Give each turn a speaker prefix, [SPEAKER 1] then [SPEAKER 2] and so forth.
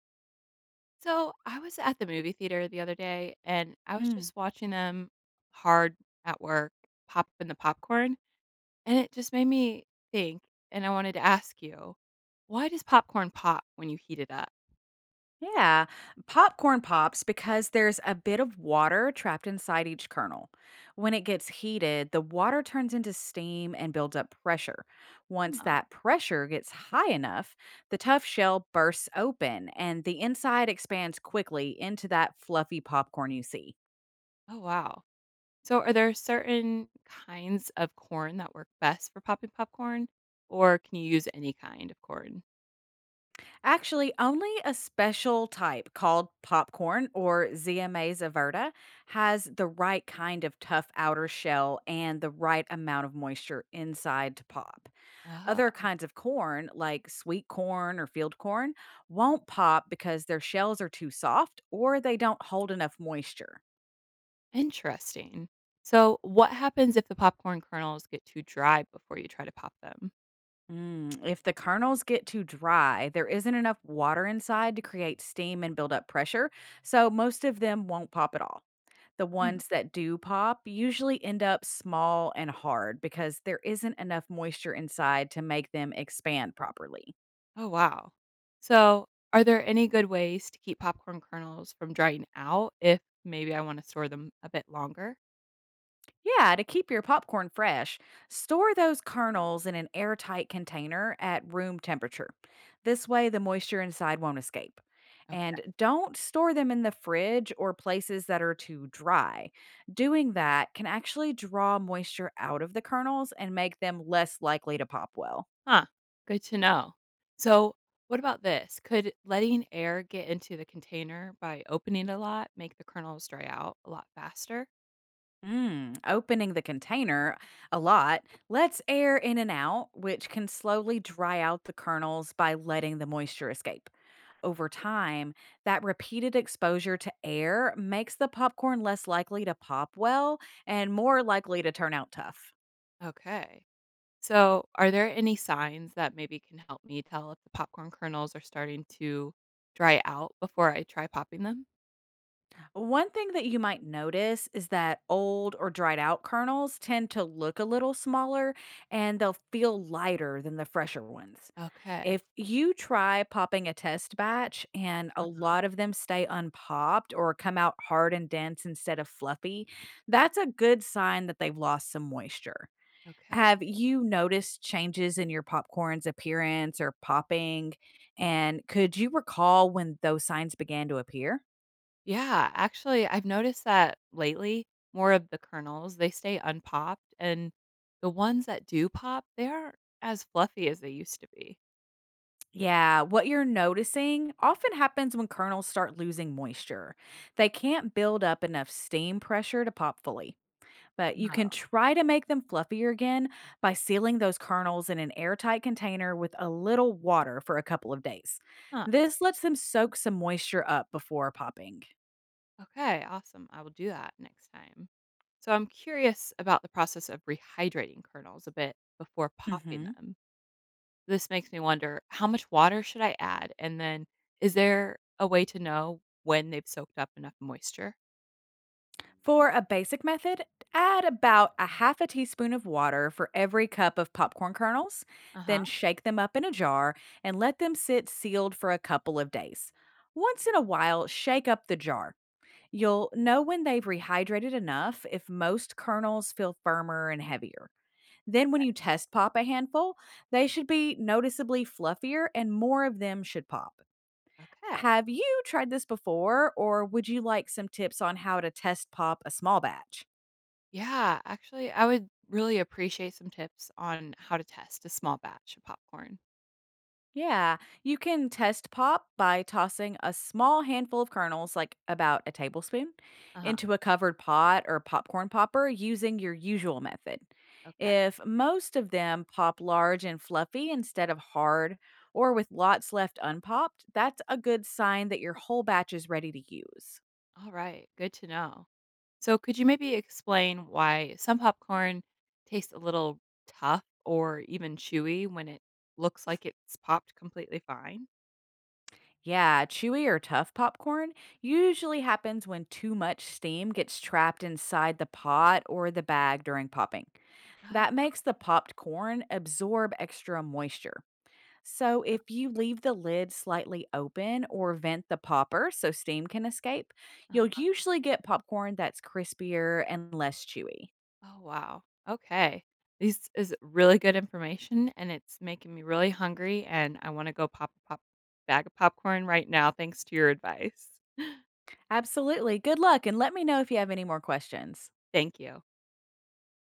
[SPEAKER 1] So I was at the movie theater the other day and I was
[SPEAKER 2] Mm,
[SPEAKER 1] just watching them hard at work, popping the popcorn. And it just made me think, and I wanted to ask you, why does popcorn pop when you heat it up?
[SPEAKER 2] yeah, popcorn pops because there's a bit of water trapped inside each kernel. When it gets heated, the water turns into steam and builds up pressure. Once
[SPEAKER 1] Oh,
[SPEAKER 2] that pressure gets high enough, the tough shell bursts open and the inside expands quickly into that fluffy popcorn you see.
[SPEAKER 1] oh wow. So, are there certain kinds of corn that work best for popping popcorn, or can you use any kind of corn?
[SPEAKER 2] Actually, only a special type called popcorn or ZMA's Averta has the right kind of tough outer shell and the right amount of moisture inside to pop. Other
[SPEAKER 1] Oh,
[SPEAKER 2] kinds of corn, like sweet corn or field corn, won't pop because their shells are too soft or they don't hold enough moisture.
[SPEAKER 1] interesting. So, what happens if the popcorn kernels get too dry before you try to pop them?
[SPEAKER 2] Mm, if the kernels get too dry, there isn't enough water inside to create steam and build up pressure, so most of them won't pop at all. The
[SPEAKER 1] Mm.
[SPEAKER 2] ones that do pop usually end up small and hard because there isn't enough moisture inside to make them expand properly.
[SPEAKER 1] Oh, wow. So, are there any good ways to keep popcorn kernels from drying out if maybe I want to store them a bit longer?
[SPEAKER 2] Yeah, to keep your popcorn fresh, store those kernels in an airtight container at room temperature. This way, the moisture inside won't escape. And don't store them in the fridge or places that are too dry. Doing that can actually draw moisture out of the kernels and make them less likely to pop well.
[SPEAKER 1] Huh, good to know. So, what about this? Could letting air get into the container by opening a lot make the kernels dry out a lot faster?
[SPEAKER 2] Mm, opening the container a lot lets air in and out, which can slowly dry out the kernels by letting the moisture escape. Over time, that repeated exposure to air makes the popcorn less likely to pop well and more likely to turn out tough.
[SPEAKER 1] Okay. So, are there any signs that maybe can help me tell if the popcorn kernels are starting to dry out before I try popping them?
[SPEAKER 2] One thing that you might notice is that old or dried out kernels tend to look a little smaller and they'll feel lighter than the fresher ones.
[SPEAKER 1] Okay.
[SPEAKER 2] If you try popping a test batch and a
[SPEAKER 1] Uh-huh.
[SPEAKER 2] lot of them stay unpopped or come out hard and dense instead of fluffy, that's a good sign that they've lost some moisture.
[SPEAKER 1] Okay.
[SPEAKER 2] Have you noticed changes in your popcorn's appearance or popping? And could you recall when those signs began to appear?
[SPEAKER 1] Yeah, actually, I've noticed that lately more of the kernels, they stay unpopped and the ones that do pop, they aren't as fluffy as they used to be.
[SPEAKER 2] Yeah, what you're noticing often happens when kernels start losing moisture. They can't build up enough steam pressure to pop fully. But you can
[SPEAKER 1] Wow.
[SPEAKER 2] try to make them fluffier again by sealing those kernels in an airtight container with a little water for a couple of days.
[SPEAKER 1] Huh.
[SPEAKER 2] This lets them soak some moisture up before popping.
[SPEAKER 1] Okay. Awesome. I will do that next time. So I'm curious about the process of rehydrating kernels a bit before popping
[SPEAKER 2] Mhm.
[SPEAKER 1] them. This makes me wonder, how much water should I add? And then is there a way to know when they've soaked up enough moisture?
[SPEAKER 2] For a basic method, add about a half a teaspoon of water for every cup of popcorn kernels,
[SPEAKER 1] Uh huh.
[SPEAKER 2] then shake them up in a jar and let them sit sealed for a couple of days. Once in a while, shake up the jar. You'll know when they've rehydrated enough if most kernels feel firmer and heavier. Then, when you test pop a handful, they should be noticeably fluffier and more of them should pop.
[SPEAKER 1] Okay.
[SPEAKER 2] Have you tried this before, or would you like some tips on how to test pop a small batch?
[SPEAKER 1] Yeah. Actually, I would really appreciate some tips on how to test a small batch of popcorn.
[SPEAKER 2] Yeah, you can test pop by tossing a small handful of kernels, like about a tablespoon,
[SPEAKER 1] Uh huh.
[SPEAKER 2] into a covered pot or popcorn popper using your usual method.
[SPEAKER 1] Okay.
[SPEAKER 2] If most of them pop large and fluffy instead of hard or with lots left unpopped, that's a good sign that your whole batch is ready to use.
[SPEAKER 1] All right. Good to know. So, could you maybe explain why some popcorn tastes a little tough or even chewy when it looks like it's popped completely fine?
[SPEAKER 2] Yeah, chewy or tough popcorn usually happens when too much steam gets trapped inside the pot or the bag during popping.
[SPEAKER 1] Oh.
[SPEAKER 2] That makes the popped corn absorb extra moisture. So, if you leave the lid slightly open or vent the popper so steam can escape, you'll
[SPEAKER 1] Uh-huh.
[SPEAKER 2] usually get popcorn that's crispier and less chewy.
[SPEAKER 1] Oh, wow. Okay. This is really good information and it's making me really hungry and I want to go pop a pop bag of popcorn right now thanks to your advice.
[SPEAKER 2] Absolutely. Good luck and let me know if you have any more questions.
[SPEAKER 1] Thank you.